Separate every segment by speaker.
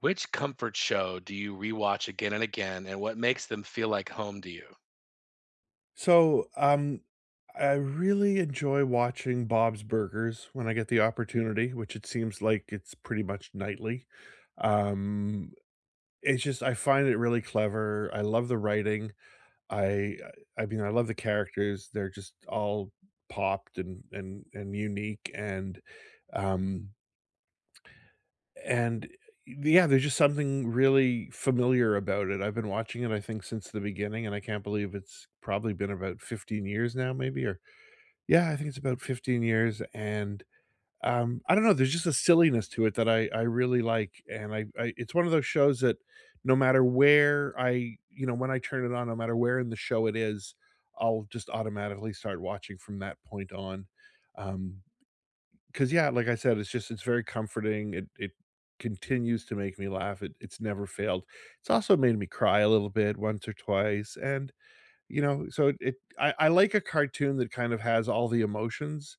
Speaker 1: Which comfort show do you rewatch again and again, and what makes them feel like home to you?
Speaker 2: So, um, I really enjoy watching Bob's Burgers when I get the opportunity, which it seems like it's pretty much nightly. Um, it's just I find it really clever. I love the writing. I I mean, I love the characters. They're just all popped and unique um and yeah, there's just something really familiar about it. I've been watching it I think since the beginning and I can't believe it's probably been about 15 years now maybe or yeah, I think it's about 15 years, and I don't know, there's just a silliness to it that I really like, and I it's one of those shows that no matter where, when I turn it on, no matter where in the show it is, I'll just automatically start watching from that point on. Um, Because yeah, like I said, it's just it's very comforting, it continues to make me laugh, it's never failed. It's also made me cry a little bit once or twice, and you know, so it I like a cartoon that kind of has all the emotions,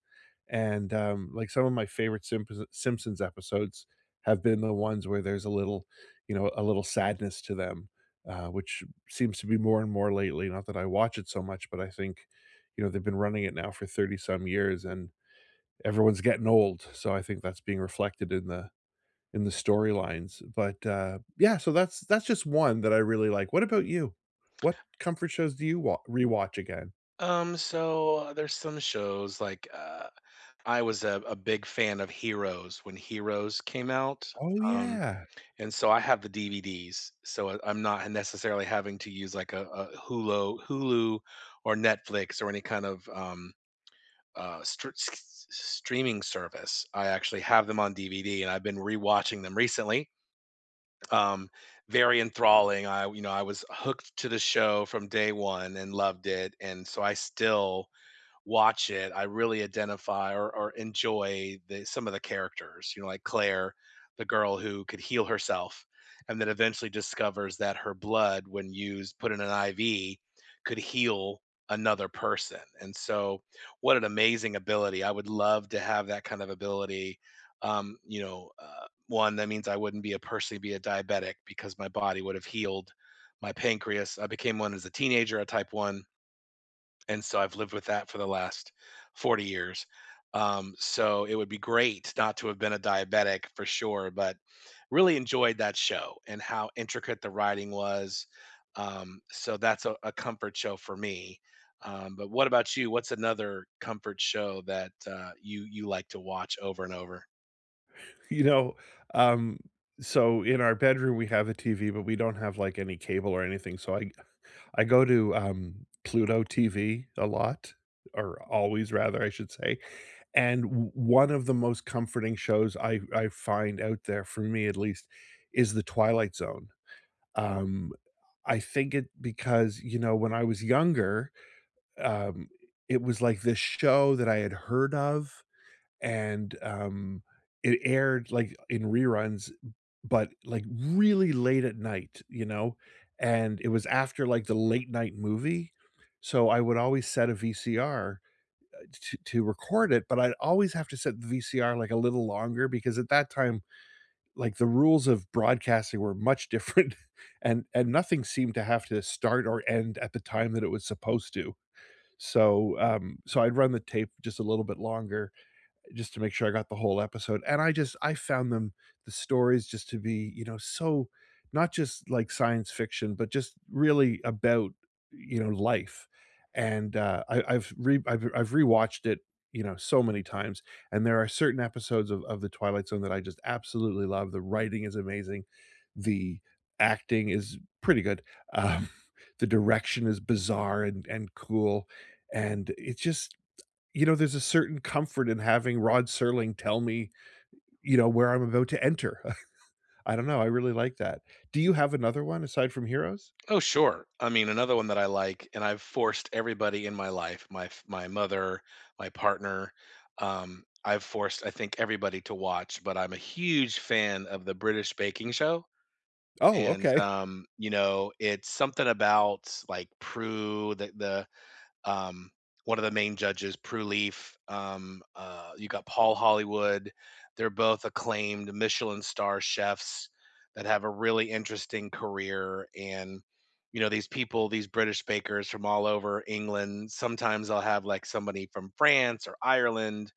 Speaker 2: and like, some of my favorite Simpsons episodes have been the ones where there's a little you know, a little sadness to them, which seems to be more and more lately, not that I watch it so much, but I think, you know, they've been running it now for 30 some years, and everyone's getting old, so I think that's being reflected in the storylines, but yeah, so that's just one that I really like. What about you? What comfort shows do you wa rewatch again?
Speaker 1: There's some shows like I was a big fan of Heroes when Heroes came out,
Speaker 2: Oh,
Speaker 1: um,
Speaker 2: yeah.
Speaker 1: and so I have the DVDs, so I'm not necessarily having to use like a Hulu, or Netflix or any kind of streaming service. I actually have them on DVD, and I've been rewatching them recently. um, Very enthralling. You know, I was hooked to the show from day one and loved it, and so I still watch it. I really identify or enjoy some of the characters. You know, like Claire, the girl who could heal herself, and then eventually discovers that her blood, when used, put in an IV, could heal another person. And so, what an amazing ability! I would love to have that kind of ability. One that means I wouldn't be a personally be a diabetic because my body would have healed my pancreas. I became one as a teenager, a type one, and so I've lived with that for the last 40 years. So it would be great not to have been a diabetic for sure, but really enjoyed that show and how intricate the writing was. So that's a comfort show for me. But what about you? What's another comfort show that you like to watch over and over?
Speaker 2: You know, um, so in our bedroom, we have a TV, but we don't have, like, any cable or anything, so I go to, Pluto TV a lot, or always rather, I should say, and one of the most comforting shows I find out there, for me at least, is The Twilight Zone. Um I think it because, you know, when I was younger, um, it was like this show that I had heard of, and it aired, like, in reruns, but, like, really late at night, you know? And it was after, like, the late night movie, so I would always set a VCR, to record it, but I'd always have to set the VCR, like, a little longer because at that time, like, the rules of broadcasting were much different, and nothing seemed to have to start or end at the time that it was supposed to. So I'd run the tape just a little bit longer just to make sure I got the whole episode. And I found them the stories just to be, you know, so not just like science fiction, but just really about, you know, life. And I, I've re I've rewatched it, you know, so many times. And there are certain episodes of the Twilight Zone that I just absolutely love. The writing is amazing. The acting is pretty good. Um, the direction is bizarre and cool. And it's just you know, there's a certain comfort in having Rod Serling tell me, you know, where I'm about to enter. I don't know, I really like that. Do you have another one aside from Heroes?
Speaker 1: Oh, sure. I mean, another one that I like, and I've forced everybody in my life, my mother, my partner, I've forced I think everybody to watch, but I'm a huge fan of the British baking show.
Speaker 2: Oh,
Speaker 1: And
Speaker 2: okay.
Speaker 1: you know, it's something about like Prue, the um, one of the main judges, Prue Leaf. You got Paul Hollywood. They're both acclaimed Michelin star chefs that have a really interesting career. And, you know, these people, these British bakers from all over England, sometimes I'll have like somebody from France or Ireland.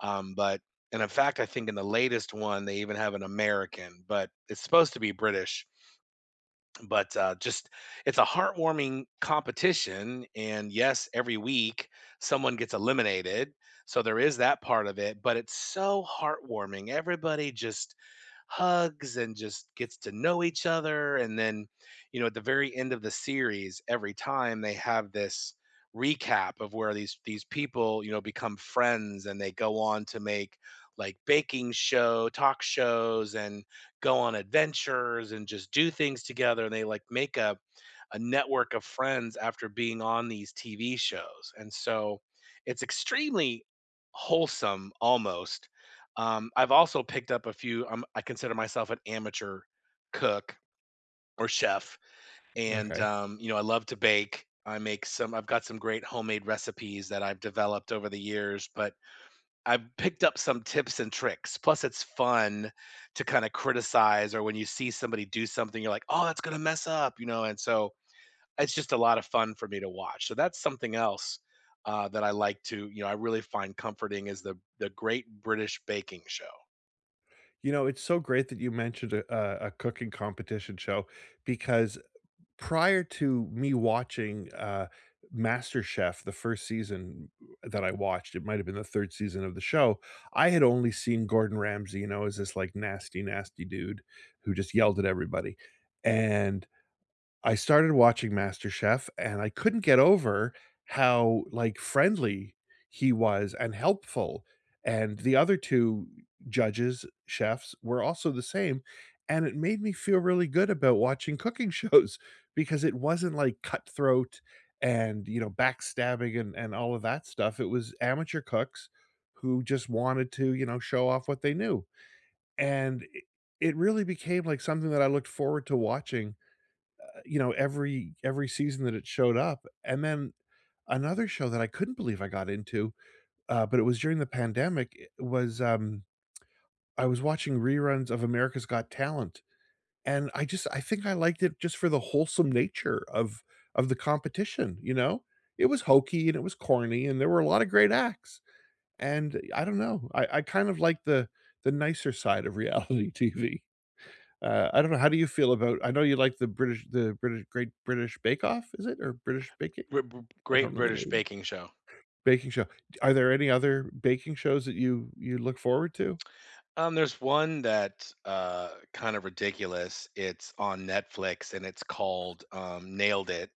Speaker 1: Um, but, and in fact, I think in the latest one, they even have an American, but it's supposed to be British, but just it's a heartwarming competition, and yes, every week someone gets eliminated, so there is that part of it, but it's so heartwarming. Everybody just hugs and just gets to know each other, and then you know, at the very end of the series, every time they have this recap of where these people, you know, become friends, and they go on to make like baking show talk shows and go on adventures and just do things together, and they like make a network of friends after being on these TV shows. And so it's extremely wholesome almost. I've also picked up a few. I consider myself an amateur cook or chef, and
Speaker 2: Okay.
Speaker 1: you know, I love to bake. I make some I've got some great homemade recipes that I've developed over the years, but I picked up some tips and tricks. Plus, it's fun to kinda criticize, or when you see somebody do something, you're like, "Oh, that's gonna mess up," you know, and so it's just a lot of fun for me to watch. So that's something else, that I like to you know, I really find comforting is the Great British Baking Show.
Speaker 2: You know, it's so great that you mentioned a cooking competition show because prior to me watching, MasterChef, the first season that I watched, it might have been the 3rd season of the show, I had only seen Gordon Ramsay, you know, as this, like, nasty, nasty dude who just yelled at everybody, and I started watching MasterChef, and I couldn't get over how, like, friendly he was and helpful, and the other 2 judges, chefs, were also the same, and it made me feel really good about watching cooking shows because it wasn't, like, cutthroat and, you know, backstabbing and all of that stuff, it was amateur cooks who just wanted to, you know, show off what they knew, and it really became, like, something that I looked forward to watching you know, every season that it showed up, and then another show that I couldn't believe I got into, but it was during the pandemic, I was watching reruns of America's Got Talent, and I think I liked it just for the wholesome nature of the competition, you know? It was hokey, and it was corny, and there were a lot of great acts, and I don't know, I kind of like the nicer side of reality TV. I don't know, how do you feel about I know you like the British Great British Bake Off, is it? Or British Baking?
Speaker 1: Br br
Speaker 2: I don't
Speaker 1: Great
Speaker 2: know the
Speaker 1: British
Speaker 2: name.
Speaker 1: Baking Show.
Speaker 2: Baking show. Are there any other baking shows that you look forward to?
Speaker 1: There's one that, kind of ridiculous. It's on Netflix and it's called, Nailed It.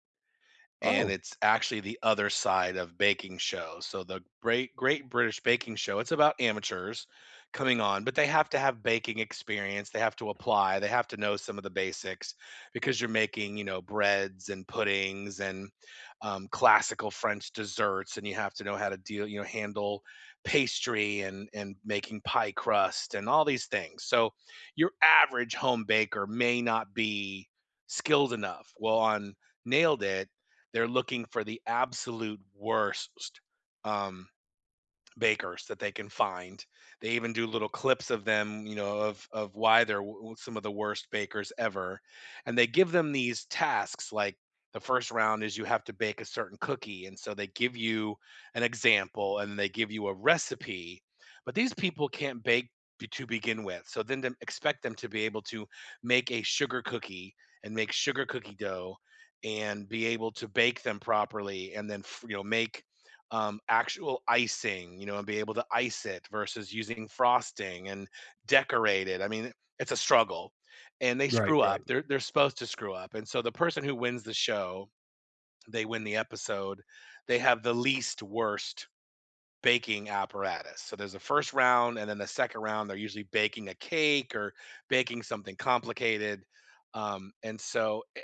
Speaker 1: And
Speaker 2: Oh,
Speaker 1: it's actually the other side of baking shows. So the Great British Baking Show, it's about amateurs coming on, but they have to have baking experience. They have to apply. They have to know some of the basics because you're making, you know, breads and puddings and classical French desserts, and you have to know how to deal, you know, handle pastry and making pie crust and all these things. So your average home baker may not be skilled enough. Well, on Nailed It, they're looking for the absolute worst. Um, Bakers that they can find. They even do little clips of them, you know, of why some of the worst bakers ever, and they give them these tasks like the first round is you have to bake a certain cookie, and so they give you an example and they give you a recipe, but these people can't bake to begin with. So then to expect them to be able to make a sugar cookie and make sugar cookie dough and be able to bake them properly and then you know, make actual icing, you know, and be able to ice it versus using frosting and decorate it. I mean, it's a struggle, and they
Speaker 2: right,
Speaker 1: screw
Speaker 2: right.
Speaker 1: up. They're supposed to screw up, and so the person who wins the show, they win the episode. They have the least worst baking apparatus. So there's a first round, and then the second round, they're usually baking a cake or baking something complicated. Um, and so i-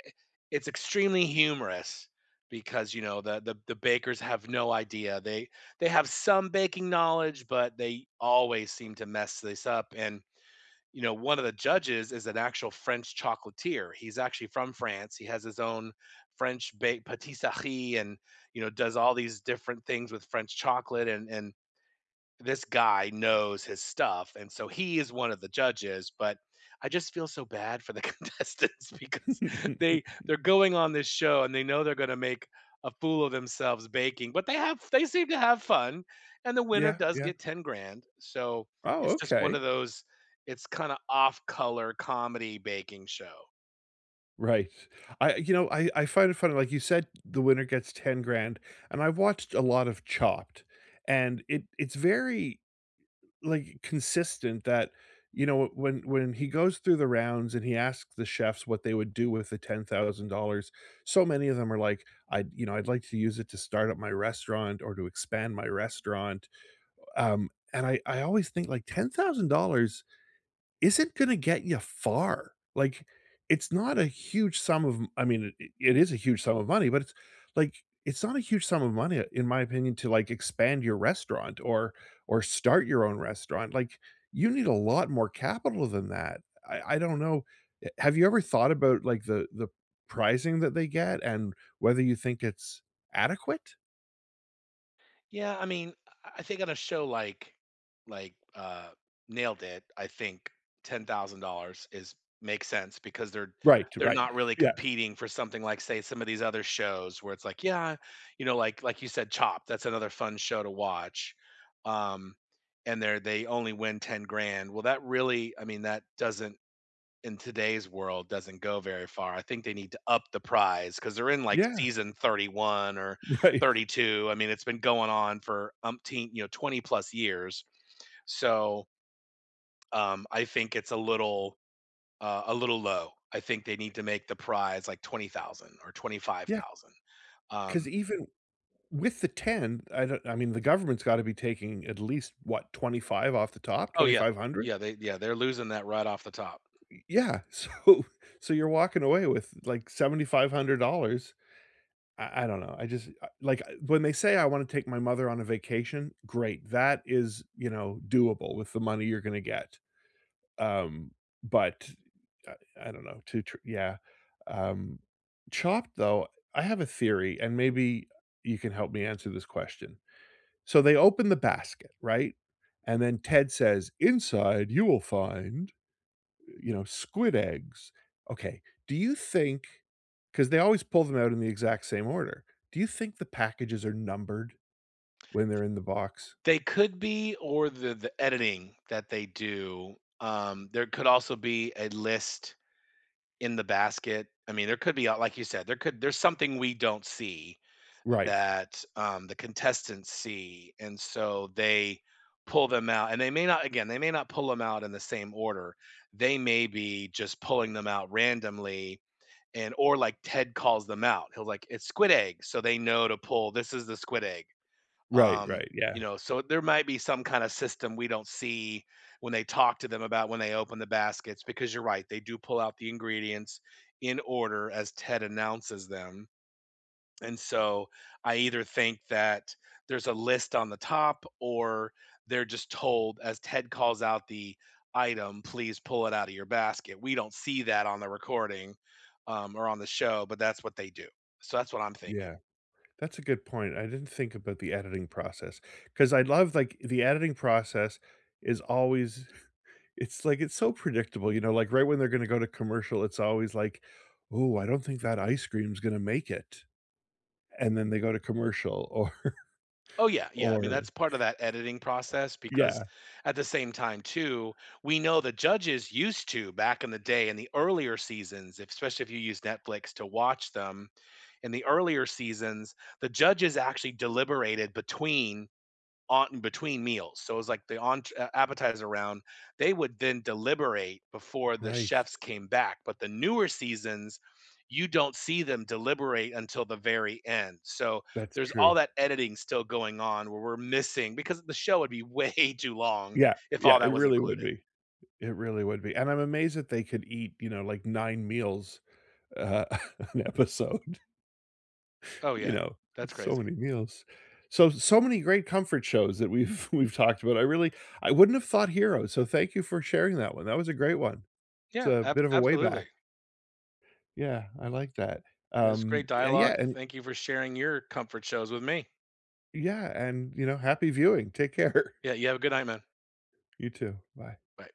Speaker 1: it's extremely humorous because you know the bakers have no idea. They have some baking knowledge, but they always seem to mess this up. And you know, one of the judges is an actual French chocolatier. He's actually from France. He has his own French bake patisserie, and you know, does all these different things with French chocolate and this guy knows his stuff, and so he is one of the judges, but I just feel so bad for the contestants because they they're going on this show and they know they're going to make a fool of themselves baking, but they have they seem to have fun, and the winner
Speaker 2: Yeah,
Speaker 1: does
Speaker 2: yeah.
Speaker 1: get 10 grand. So
Speaker 2: Oh,
Speaker 1: it's just one
Speaker 2: okay.
Speaker 1: of those it's kind of off color comedy baking show.
Speaker 2: Right. I find it funny, like you said, the winner gets 10 grand, and I watched a lot of Chopped, and it's very like, consistent that, you know, when he goes through the rounds and he asks the chefs what they would do with the $10,000, so many of them are like, "I'd you know, I'd like to use it to start up my restaurant or to expand my restaurant." And I always think, like, $10,000 isn't gonna get you far. Like, it's not a huge sum of I mean, it is a huge sum of money, but it's like, it's not a huge sum of money, in my opinion, to, like, expand your restaurant or start your own restaurant. Like, you need a lot more capital than that. I don't know. Eh, have you ever thought about, like, the pricing that they get and whether you think it's adequate?
Speaker 1: Yeah, I mean, I think on a show like like uh Nailed It, I think 10,000 dollars is makes sense because
Speaker 2: Right,
Speaker 1: they're
Speaker 2: right.
Speaker 1: not really
Speaker 2: Yeah.
Speaker 1: competing for something like say some of these other shows where it's like, yeah, you know, like you said, Chopped, that's another fun show to watch. Um and they only win 10 grand. Well, that really I mean, that doesn't in today's world doesn't go very far. I think they need to up the prize because they're in like
Speaker 2: Yeah,
Speaker 1: season 31 or
Speaker 2: right.
Speaker 1: 32. I mean, it's been going on for umpteen, you know, 20 plus years. So I think it's a little low. I think they need to make the prize like 20,000 or
Speaker 2: Yeah.
Speaker 1: 25,000.
Speaker 2: Because
Speaker 1: Um,
Speaker 2: even with the 10, I don't I mean, the government's gotta be taking at least, what, 25 off the top?
Speaker 1: oh yeah,
Speaker 2: 2,500?
Speaker 1: yeah, they yeah, they're losing that right off the top.
Speaker 2: Yeah, so so you're walking away with, like, $7,500. I don't know, I just I, when they say, "I wanna take my mother on a vacation," great, that is, you know, doable with the money you're gonna get, um, but I I don't know, to tr yeah, um, Chopped, though, I have a theory, and maybe you can help me answer this question. So they open the basket, right? And then Ted says, "Inside, you will find, you know, squid eggs." Okay, do you think? Because they always pull them out in the exact same order. Do you think the packages are numbered when they're in the box?
Speaker 1: They could be, or the editing that they do. There could also be a list in the basket. I mean, there could be, like you said, there could there's something we don't see
Speaker 2: Right.
Speaker 1: that the contestants see, and so they pull them out. And they may not, again, they may not pull them out in the same order. They may be just pulling them out randomly, and or like Ted calls them out. He'll like it's squid egg, so they know to pull. This is the squid egg.
Speaker 2: Right,
Speaker 1: Um,
Speaker 2: right, yeah,
Speaker 1: you know, so there might be some kind of system we don't see when they talk to them about when they open the baskets because you're right, they do pull out the ingredients in order as Ted announces them. And so I either think that there's a list on the top, or they're just told as Ted calls out the item, please pull it out of your basket. We don't see that on the recording or on the show, but that's what they do. So that's what I'm thinking.
Speaker 2: yeah. That's a good point. I didn't think about the editing process because I love, like, the editing process is always it's like, it's so predictable, you know, like, right when they're gonna go to commercial, it's always like, oh, I don't think that ice cream's gonna make it," and then they go to commercial or
Speaker 1: Oh yeah, yeah. I mean,
Speaker 2: or
Speaker 1: that's part of that editing process because
Speaker 2: Yeah,
Speaker 1: at the same time too, we know the judges used to back in the day in the earlier seasons, especially if you use Netflix to watch them, in the earlier seasons, the judges actually deliberated between on in between meals. So it was like the appetizer round. They would then deliberate before the
Speaker 2: right.
Speaker 1: chefs came back. But the newer seasons, you don't see them deliberate until the very end. So
Speaker 2: That's
Speaker 1: there's all
Speaker 2: true.
Speaker 1: that editing still going on where we're missing because the show would be way too long
Speaker 2: Yeah,
Speaker 1: if
Speaker 2: yeah,
Speaker 1: all
Speaker 2: it
Speaker 1: that was
Speaker 2: really would
Speaker 1: included.
Speaker 2: be. It really would be, and I'm amazed that they could eat, you know, like, 9 meals, uh, an episode.
Speaker 1: Oh
Speaker 2: You
Speaker 1: yeah,
Speaker 2: know,
Speaker 1: that's
Speaker 2: so
Speaker 1: crazy.
Speaker 2: many meals. So so many great comfort shows that we've we've talked about. I really I wouldn't have thought Hero, so thank you for sharing that one. That was a great one. It's
Speaker 1: Yeah,
Speaker 2: a bit of a way back.
Speaker 1: absolutely.
Speaker 2: Yeah, I like that.
Speaker 1: Yeah, this is great
Speaker 2: Yeah, yeah,
Speaker 1: dialogue. Thank you for sharing your comfort shows with me.
Speaker 2: and you know, happy viewing. Take care.
Speaker 1: Yeah, you have a good night, man.
Speaker 2: You too. Bye.
Speaker 1: Bye.